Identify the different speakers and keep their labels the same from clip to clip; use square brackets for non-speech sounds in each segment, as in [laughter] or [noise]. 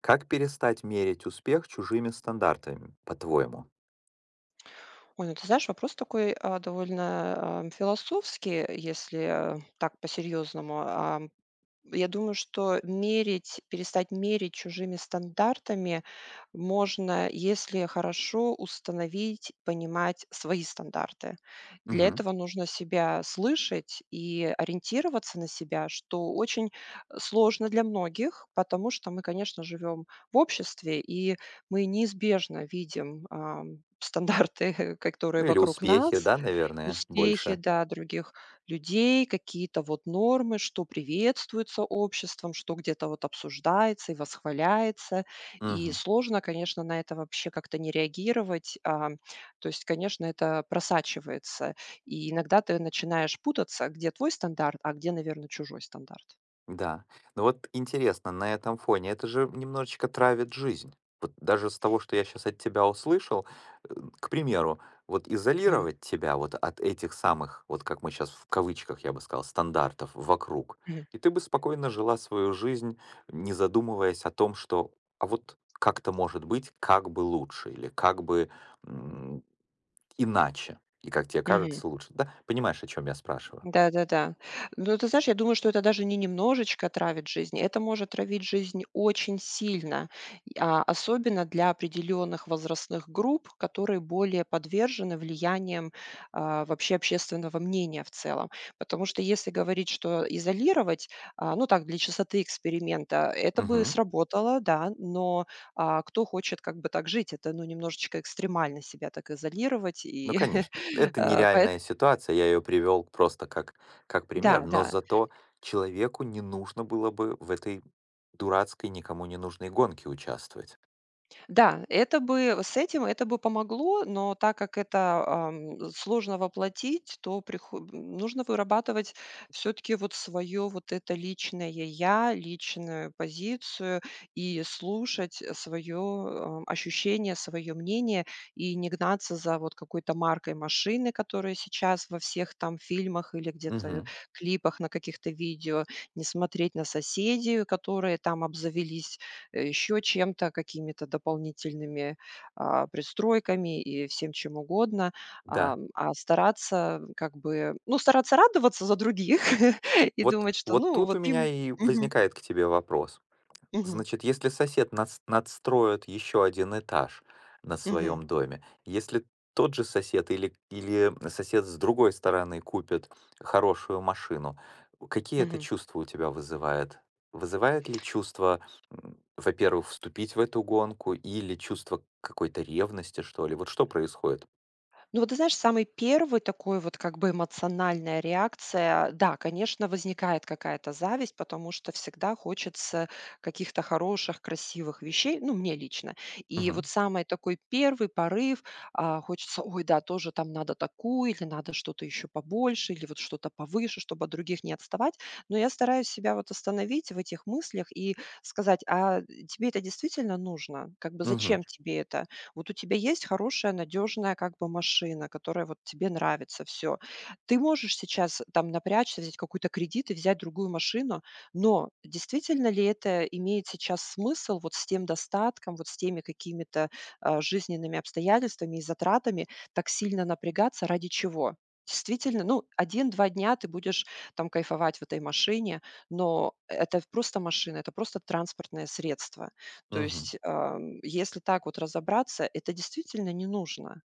Speaker 1: Как перестать мерить успех чужими стандартами, по-твоему?
Speaker 2: Ой, ну ты знаешь, вопрос такой, довольно, философский, если так по-серьезному. Я думаю, что перестать мерить чужими стандартами можно, если хорошо установить, понимать свои стандарты. Для
Speaker 1: Мгм.
Speaker 2: этого нужно себя слышать и ориентироваться на себя, что очень сложно для многих, потому что мы, конечно, живем в обществе, и мы неизбежно видим стандарты, [laughs] которые
Speaker 1: Ну или
Speaker 2: вокруг
Speaker 1: успехи,
Speaker 2: нас.
Speaker 1: да, наверное,
Speaker 2: Успехи,
Speaker 1: больше.
Speaker 2: да, других людей, какие-то вот нормы, что приветствуется обществом, что где-то вот обсуждается и восхваляется. И
Speaker 1: Мгм.
Speaker 2: сложно, конечно, на это вообще как-то не реагировать. То есть, конечно, это просачивается. И иногда ты начинаешь путаться, где твой стандарт, а где, наверное, чужой стандарт.
Speaker 1: Да. Ну вот интересно, на этом фоне это же немножечко травит жизнь. Вот даже с того, что я сейчас от тебя услышал, э, к примеру, вот
Speaker 2: Мгм.
Speaker 1: изолировать тебя вот от этих самых, вот как мы сейчас в кавычках, я бы сказал, стандартов вокруг,
Speaker 2: Мгм.
Speaker 1: и ты бы спокойно жила свою жизнь, не задумываясь о том, что, а вот как-то может быть, как бы лучше или как бы м, иначе, и как тебе
Speaker 2: Мгм.
Speaker 1: кажется лучше. Да, понимаешь, о чем я спрашиваю?
Speaker 2: Да-да-да. Но ты знаешь, я думаю, что это даже не немножечко травит жизнь, это может травить жизнь очень сильно, и, особенно для определенных возрастных групп, которые более подвержены влияниям, вообще общественного мнения в целом. Потому что если говорить, что изолировать, ну так, для чистоты эксперимента, это бы
Speaker 1: Мгм.
Speaker 2: сработало, да, но, кто хочет как бы так жить? Это, ну, немножечко экстремально себя так изолировать
Speaker 1: Ну,
Speaker 2: и,
Speaker 1: конечно,
Speaker 2: [laughs]
Speaker 1: это
Speaker 2: э, поэт
Speaker 1: нереальная ситуация, я ее привел просто как
Speaker 2: Да,
Speaker 1: пример, но
Speaker 2: да.
Speaker 1: зато человеку не нужно было бы в этой дурацкой, никому не нужной гонке участвовать.
Speaker 2: Да, это бы помогло, но так как это, сложно воплотить, то прихо нужно вырабатывать все таки вот свое вот это личное я, личную позицию и слушать, свое ощущение, свое мнение, и не гнаться за вот какой-то маркой машины, которая сейчас во всех там фильмах или где-то
Speaker 1: Мгм.
Speaker 2: клипах на каких-то видео, не смотреть на соседей, которые там обзавелись еще чем-то, какими-то дополнительными, пристройками и всем чем угодно.
Speaker 1: Да,
Speaker 2: А стараться как бы, ну, стараться радоваться за других [laughs] и
Speaker 1: вот,
Speaker 2: думать, что,
Speaker 1: вот
Speaker 2: ну,
Speaker 1: тут
Speaker 2: вот
Speaker 1: у меня
Speaker 2: им
Speaker 1: и
Speaker 2: Мгм,
Speaker 1: возникает к тебе вопрос.
Speaker 2: мгм,
Speaker 1: Значит, если сосед надстроит еще один этаж на
Speaker 2: мгм,
Speaker 1: своем доме, если тот же сосед или, или сосед с другой стороны купит хорошую машину, какие это
Speaker 2: мгм.
Speaker 1: чувства у тебя вызывает? Вызывает ли чувство, во-первых, вступить в эту гонку или чувство какой-то ревности, что ли? Вот что происходит?
Speaker 2: Ну вот ты знаешь, самый первый такой вот как бы эмоциональная реакция, да, конечно, возникает какая-то зависть, потому что всегда хочется каких-то хороших, красивых вещей, ну, мне лично. И вот
Speaker 1: Мгм.
Speaker 2: самый такой первый порыв, хочется: "Ой, да, тоже там надо такую или надо что-то еще побольше, или вот что-то повыше, чтобы от других не отставать". Но я стараюсь себя вот остановить в этих мыслях и сказать: "А тебе это действительно нужно? Как бы
Speaker 1: Мгм.
Speaker 2: зачем тебе это? Вот у тебя есть хорошая, надежная как бы машина, которая вот тебе нравится, все. Ты можешь сейчас там напрячься, взять какой-то кредит и взять другую машину, но действительно ли это имеет сейчас смысл вот с тем достатком, вот с теми какими-то, жизненными обстоятельствами и затратами так сильно напрягаться? Ради чего? Действительно, ну, один-два дня ты будешь там кайфовать в этой машине, но это просто машина, это просто транспортное средство. То
Speaker 1: Мгм.
Speaker 2: есть, если так вот разобраться, это действительно не нужно.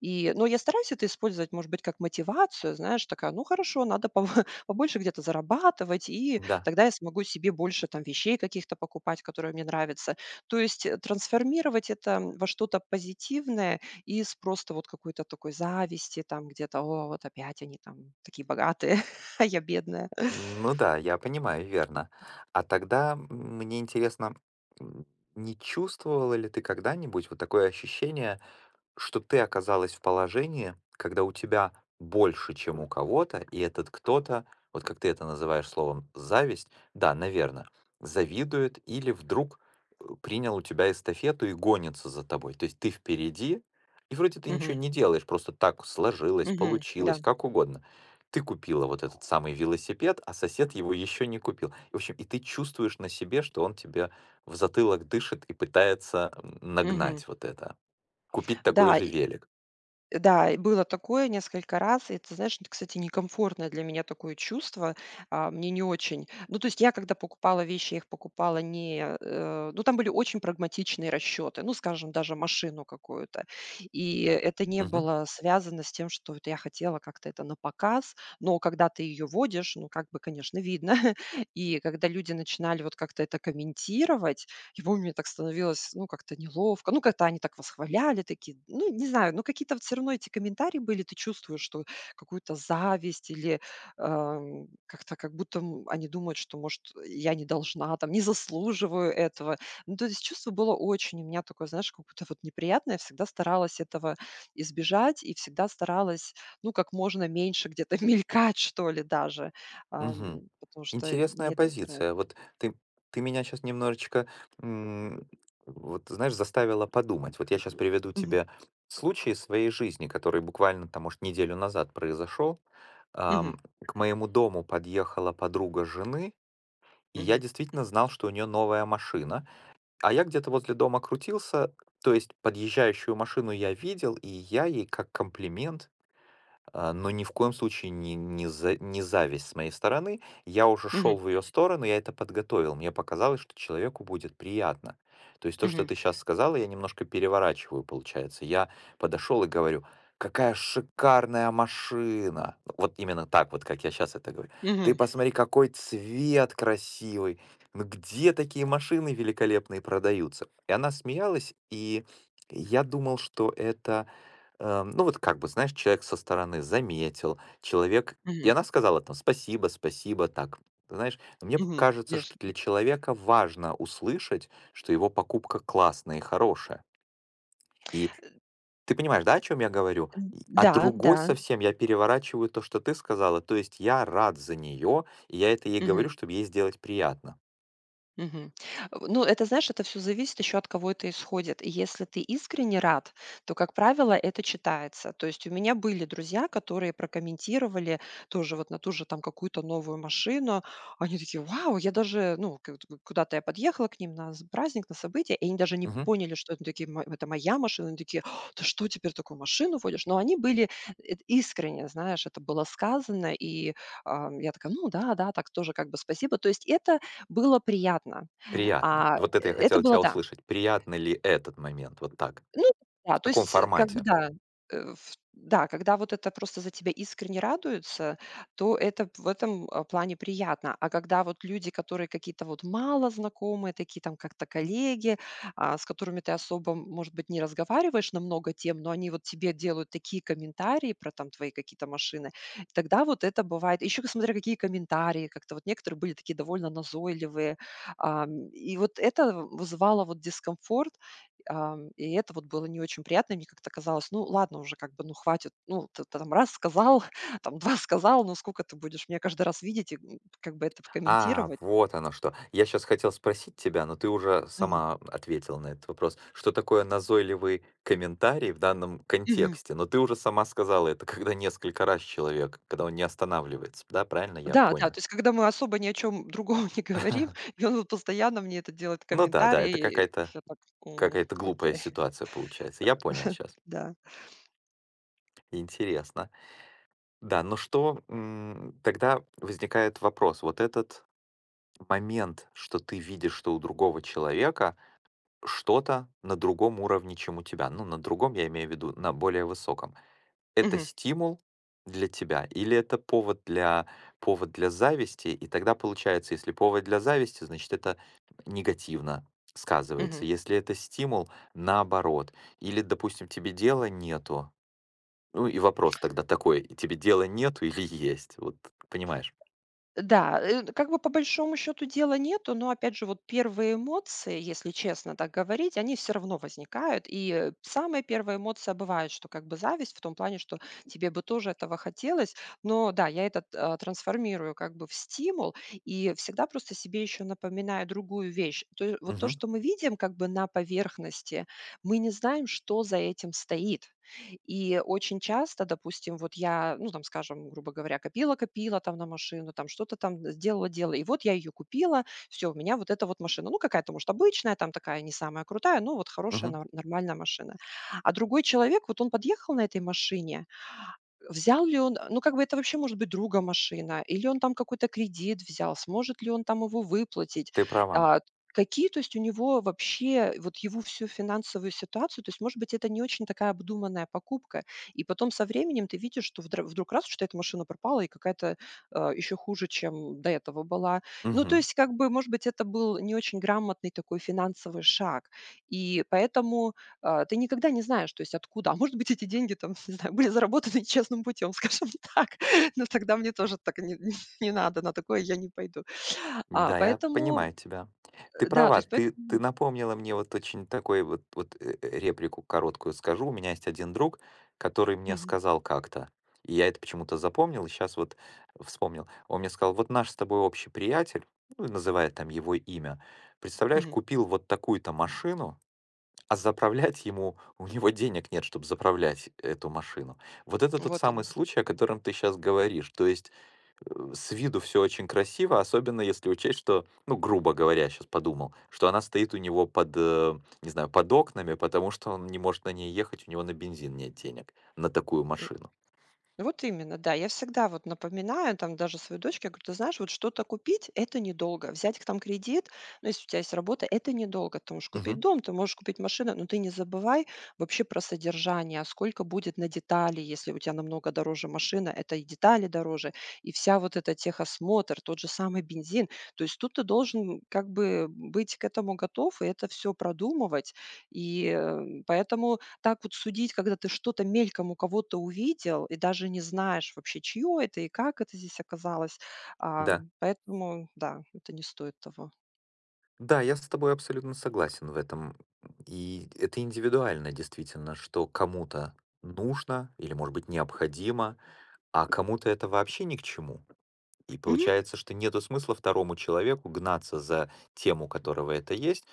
Speaker 2: Но я стараюсь это использовать, может быть, как мотивацию, знаешь, такая, ну хорошо, надо пов [laughs] побольше где-то зарабатывать, и
Speaker 1: Да.
Speaker 2: тогда я смогу себе больше там вещей каких-то покупать, которые мне нравятся. То есть трансформировать это во что-то позитивное из просто вот какой-то такой зависти, там где-то, о, вот опять они там такие богатые, [laughs] а я бедная.
Speaker 1: Ну да, я понимаю, верно. А тогда мне интересно, м, не чувствовала ли ты когда-нибудь вот такое ощущение, что ты оказалась в положении, когда у тебя больше, чем у кого-то, и этот кто-то, вот как ты это называешь словом зависть, да, наверное, завидует или вдруг принял у тебя эстафету и гонится за тобой. То есть ты впереди, и вроде ты ничего
Speaker 2: Мгм.
Speaker 1: не делаешь, просто так сложилось,
Speaker 2: Мгм. Да.
Speaker 1: получилось, как угодно. Ты купила вот этот самый велосипед, а сосед его еще не купил. И, в общем, и ты чувствуешь на себе, что он тебе в затылок дышит и пытается
Speaker 2: Мгм.
Speaker 1: нагнать вот это. Купить такой
Speaker 2: Да,
Speaker 1: же велик.
Speaker 2: да, и было такое несколько раз. И ты знаешь, это, кстати, некомфортное для меня такое чувство. А, мне не очень. Ну, то есть я, когда покупала вещи, я их покупала не... э, э, ну, там были очень прагматичные расчеты. Ну, скажем, даже машину какую-то. И это не
Speaker 1: Мгм,
Speaker 2: было связано с тем, что вот я хотела как-то это на показ. Но когда ты ее водишь, ну, как бы, конечно, видно. [laughs] И когда люди начинали вот как-то это комментировать, и помню, мне так становилось, ну, как-то неловко. Ну, как-то они так восхваляли, такие, ну, не знаю, ну, какие-то вот все равно эти комментарии были, ты чувствуешь, что какую-то зависть или как-то как будто они думают, что, может, я не должна, там, не заслуживаю этого. Ну, то есть чувство было очень, у меня такое, знаешь, как будто вот неприятное. Я всегда старалась этого избежать и всегда старалась, ну, как можно меньше где-то [laughs] мелькать, что ли, даже,
Speaker 1: мгм.
Speaker 2: потому что мне
Speaker 1: Интересная
Speaker 2: это не нравится.
Speaker 1: позиция. Вот ты ты меня сейчас немножечко, м, вот знаешь, заставила подумать. Вот я сейчас приведу
Speaker 2: Мгм.
Speaker 1: тебе случай из своей жизни, который буквально там, может, неделю назад произошел.
Speaker 2: Мгм.
Speaker 1: Ам, К моему дому подъехала подруга жены, и я
Speaker 2: Мгм.
Speaker 1: действительно знал, что у нее новая машина. А я где-то возле дома крутился, то есть подъезжающую машину я видел, и я ей как комплимент. А, но ни в коем случае не зависть с моей стороны. Я уже шел
Speaker 2: Мгм.
Speaker 1: в ее сторону, я это подготовил. Мне показалось, что человеку будет приятно. То есть то, что
Speaker 2: Мгм.
Speaker 1: ты сейчас сказала, я немножко переворачиваю, получается. Я подошел и говорю: "Какая шикарная машина!" Вот именно так вот, как я сейчас это говорю. "Ты
Speaker 2: Мгм,
Speaker 1: посмотри, какой цвет красивый! Ну где такие машины великолепные продаются?" И она смеялась, и я думал, что это... Э, ну, вот как бы, знаешь, человек со стороны заметил, человек, и
Speaker 2: мгм,
Speaker 1: она сказала там: "Спасибо, спасибо". Так, знаешь, но мне
Speaker 2: мгм.
Speaker 1: кажется,
Speaker 2: Веш
Speaker 1: что для человека важно услышать, что его покупка классная и хорошая. И ты понимаешь, да, о чем я говорю? И а
Speaker 2: да, да.
Speaker 1: другой совсем я переворачиваю то, что ты сказала. То есть я рад за нее, и я это ей говорю,
Speaker 2: Мгм.
Speaker 1: чтобы ей сделать приятно.
Speaker 2: Мгм. В ну, это, знаешь, это все зависит еще от кого это исходит. И если ты искренне рад, то, как правило, это читается. То есть у меня были друзья, которые прокомментировали тоже вот на ту же там какую-то новую машину. Они такие: "Вау!" Я даже, ну, к к куда-то я подъехала к ним на з праздник, на событие, и они даже не
Speaker 1: Мгм.
Speaker 2: поняли, что это такие мо это моя машина. Они такие: "Ты что, теперь такую машину водишь?" Но они были искренне, знаешь, это было сказано, и, я такая: "Ну да, да, так тоже как бы спасибо". То есть это было приятно.
Speaker 1: Приятно.
Speaker 2: А, э,
Speaker 1: Вот это я
Speaker 2: это
Speaker 1: хотел
Speaker 2: было,
Speaker 1: тебя
Speaker 2: да,
Speaker 1: услышать. Приятно ли этот момент? Вот так,
Speaker 2: ну да,
Speaker 1: в
Speaker 2: то
Speaker 1: таком
Speaker 2: есть, как бы
Speaker 1: формате.
Speaker 2: да, э, в да, когда вот это просто за тебя искренне радуются, то это п в этом, плане приятно. А когда вот люди, которые какие-то вот мало знакомые, такие там как-то коллеги, с которыми ты особо, может быть, не разговариваешь на много тем, но они вот тебе делают такие комментарии про там твои какие-то машины, тогда вот это бывает. Еще к смотря какие комментарии, как-то вот некоторые были такие довольно назойливые. И вот это вызывало вот дискомфорт. И это вот было не очень приятно. И мне как-то казалось, ну ладно уже, как бы, ну хватит, ну ты там раз сказал, [laughs] там 2 сказал, ну сколько ты будешь меня каждый раз видеть и, как бы это
Speaker 1: А,
Speaker 2: комментировать?
Speaker 1: вот оно что. Я сейчас хотел спросить тебя, но ты уже
Speaker 2: Мгм.
Speaker 1: сама ответила на этот вопрос. Что такое назойливый комментарий в данном
Speaker 2: Мгм.
Speaker 1: контексте? Но ты уже сама сказала, это когда несколько раз человек, когда он не останавливается, да, правильно я
Speaker 2: Да, да,
Speaker 1: понял?
Speaker 2: то есть когда мы особо ни о чем другом [laughs] не говорим,
Speaker 1: [laughs]
Speaker 2: и он вот постоянно мне это делает
Speaker 1: Ну да, да, это
Speaker 2: комментарии, и
Speaker 1: какая-то
Speaker 2: я так: "М,
Speaker 1: какая-то глупая
Speaker 2: окей".
Speaker 1: ситуация получается. Я понял сейчас.
Speaker 2: Да.
Speaker 1: Интересно. Да, но что тогда возникает вопрос, вот этот момент, что ты видишь, что у другого человека что-то на другом уровне, чем у тебя. Ну, на другом я имею в виду, на более высоком. Это
Speaker 2: Мгм.
Speaker 1: стимул для тебя или это повод для зависти? И тогда получается, если повод для зависти, значит, это негативно сказывается.
Speaker 2: Мгм.
Speaker 1: Если это стимул, наоборот. Или, допустим, тебе дела нету. Ну и вопрос тогда такой, тебе дела нету или есть? Вот, понимаешь?
Speaker 2: Да, как бы по большому счету дела нету, но опять же вот первые эмоции, если честно так говорить, они все равно возникают. И самая первая эмоция бывает, что как бы зависть в том плане, что тебе бы тоже этого хотелось. Но да, я это трансформирую как бы в стимул и всегда просто себе еще напоминаю другую вещь. Вот то,
Speaker 1: Мгм,
Speaker 2: что мы видим как бы на поверхности, мы не знаем, что за этим стоит. И очень часто, допустим, вот я, ну, там, скажем, грубо говоря, копила-копила там на машину, там что-то там сделала-делала, и вот я ее купила, все, у меня вот эта вот машина. Ну, какая-то, может, обычная, там такая не самая крутая, но вот хорошая,
Speaker 1: мгм,
Speaker 2: нормальная машина. А другой человек, вот он подъехал на этой машине, взял ли он, ну, как бы это вообще может быть друга машина, или он там какой-то кредит взял, сможет ли он там его выплатить?
Speaker 1: ты права.
Speaker 2: А, какие, то есть у него вообще, вот его всю финансовую ситуацию, то есть, может быть, это не очень такая обдуманная покупка, и потом со временем ты видишь, что вдруг раз, что эта машина пропала, и какая-то еще хуже, чем до этого была. Ну, то
Speaker 1: Мгм.
Speaker 2: есть, как бы, может быть, это был не очень грамотный такой финансовый шаг, и поэтому ты никогда не знаешь, то есть откуда. А может быть, эти деньги там, [laughs] не знаю, были заработаны честным путем, [laughs] скажем так. Но тогда мне тоже так не, не не надо, на такое я не пойду. А,
Speaker 1: Да, я
Speaker 2: поэтому,
Speaker 1: понимаю тебя. Ты
Speaker 2: да, то
Speaker 1: права,
Speaker 2: есть
Speaker 1: ты, ты
Speaker 2: поэтому.
Speaker 1: напомнила мне вот очень такой вот, вот реплику короткую скажу. У меня есть один друг, который мне
Speaker 2: Мгм,
Speaker 1: сказал как-то, и я это почему-то запомнил, и сейчас вот вспомнил. Он мне сказал, вот наш с тобой общий приятель, ну, и называет там его имя, представляешь,
Speaker 2: мгм.
Speaker 1: купил вот такую-то машину, а заправлять ему, у него денег нет, чтобы заправлять эту машину. Вот это тот
Speaker 2: Вот
Speaker 1: самый
Speaker 2: именно.
Speaker 1: случай, о котором ты сейчас говоришь. То есть с виду все очень красиво, особенно если учесть, что, ну, грубо говоря, сейчас подумал, что она стоит у него под, не знаю, под окнами, потому что он не может на ней ехать, у него на бензин нет денег, на такую машину.
Speaker 2: Вот именно, да. Я всегда вот напоминаю там даже своей дочке, я говорю, ты знаешь, вот что-то купить– это недолго. Взять там кредит, ну, если у тебя есть работа, это недолго. Ты можешь купить
Speaker 1: Мгм.
Speaker 2: дом, ты можешь купить машину, но ты не забывай вообще про содержание, сколько будет на детали, если у тебя намного дороже машина, это и детали дороже, и вся вот эта техосмотр, тот же самый бензин. То есть тут ты должен как бы быть к этому готов и это все продумывать. И поэтому так вот судить, когда ты что-то мельком у кого-то увидел и даже не знаешь вообще, чье это и как это здесь оказалось. А,
Speaker 1: Да.
Speaker 2: поэтому да, это не стоит того.
Speaker 1: Да, я с тобой абсолютно согласен в этом. И это индивидуально действительно, что кому-то нужно или, может быть, необходимо, а кому-то это вообще ни к чему. И
Speaker 2: Мгм.
Speaker 1: получается, что нету смысла второму человеку гнаться за тем, у которого это есть.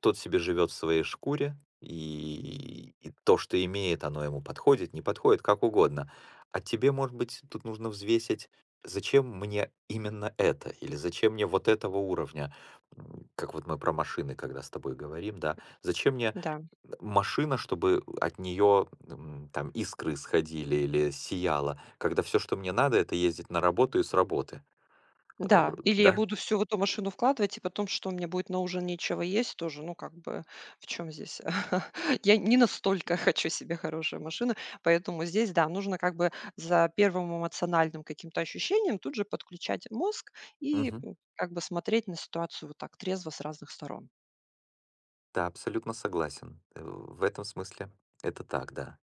Speaker 1: Тот себе живет в своей шкуре, и то, что имеет, оно ему подходит, не подходит, как угодно. А тебе, может быть, тут нужно взвесить, зачем мне именно это, или зачем мне вот этого уровня. Как вот мы про машины, когда с тобой говорим, да, зачем мне
Speaker 2: Да,
Speaker 1: машина, чтобы от нее там искры сходили или сияла, когда все, что мне надо, это ездить на работу и с работы. Э,
Speaker 2: да. Или я
Speaker 1: да?
Speaker 2: буду всю в эту машину вкладывать, и потом, что мне будет на ужин нечего есть тоже, ну, как бы, в чем здесь? [laughs] Я не настолько [laughs] хочу себе хорошую машину, поэтому здесь, да, нужно как бы за первым эмоциональным каким-то ощущением тут же подключать мозг и
Speaker 1: Мгм.
Speaker 2: как бы смотреть на ситуацию вот так трезво с разных сторон.
Speaker 1: Да, абсолютно согласен. В этом смысле это так, да.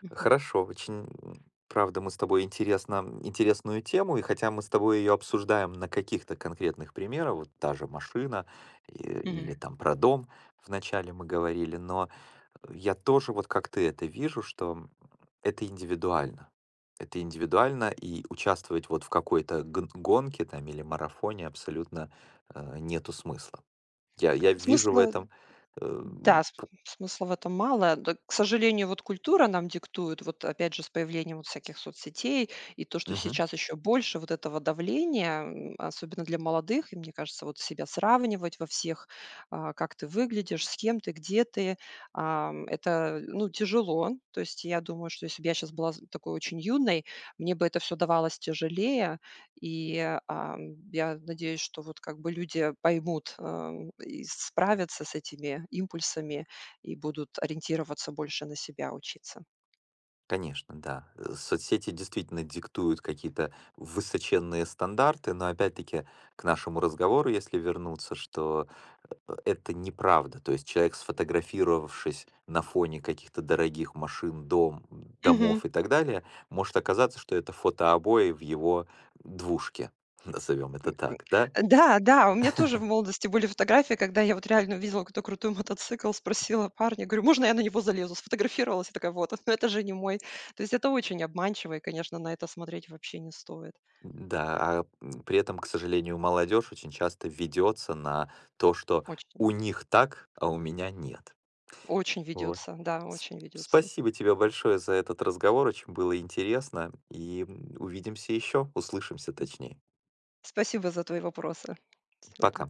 Speaker 2: Мгм.
Speaker 1: Хорошо, очень, правда, мы с тобой интересно, интересную тему, и хотя мы с тобой ее обсуждаем на каких-то конкретных примерах, вот та же машина, э,
Speaker 2: Мгм.
Speaker 1: или там про дом вначале мы говорили, но я тоже вот как ты это вижу, что это индивидуально. Это индивидуально, и участвовать вот в какой-то гонке там или марафоне абсолютно нету смысла. Я вижу в
Speaker 2: Смысла,
Speaker 1: этом э,
Speaker 2: да, с смысла в этом мало. Да, к сожалению, вот культура нам диктует, вот опять же с появлением вот всяких соцсетей и то, что
Speaker 1: Мгм.
Speaker 2: сейчас еще больше вот этого давления, особенно для молодых, и мне кажется, вот себя сравнивать во всех, как ты выглядишь, с кем ты, где ты, это, ну, тяжело. То есть я думаю, что если бы я сейчас была з такой очень юной, мне бы это все давалось тяжелее. И, я надеюсь, что вот как бы люди поймут, и справятся с этими импульсами и будут ориентироваться больше на себя, учиться.
Speaker 1: Конечно, да. Соцсети действительно диктуют какие-то высоченные стандарты, но опять-таки к нашему разговору, если вернуться, что это неправда. То есть человек, сфотографировавшись на фоне каких-то дорогих машин, дом,
Speaker 2: Мгм.
Speaker 1: домов и так далее, может оказаться, что это фотообои в его двушке, [laughs] назовем это так, да?
Speaker 2: Да, да, у меня тоже в молодости были фотографии, когда я вот реально увидела какой-то крутой мотоцикл, спросила парня, говорю: "Можно я на него залезу?" Сфотографировалась и такая: "Вот, [laughs] но это же не мой". То есть это очень обманчиво, и, конечно, на это смотреть вообще не стоит.
Speaker 1: Да, а при этом, к сожалению, молодежь очень часто ведется на то, что
Speaker 2: Очень,
Speaker 1: у них так, а у меня нет.
Speaker 2: очень
Speaker 1: Вот.
Speaker 2: ведется, да,
Speaker 1: С-
Speaker 2: очень ведется.
Speaker 1: Спасибо тебе большое за этот разговор, очень было интересно, и увидимся еще, услышимся точнее.
Speaker 2: Спасибо за твои вопросы. Всего доб
Speaker 1: Пока.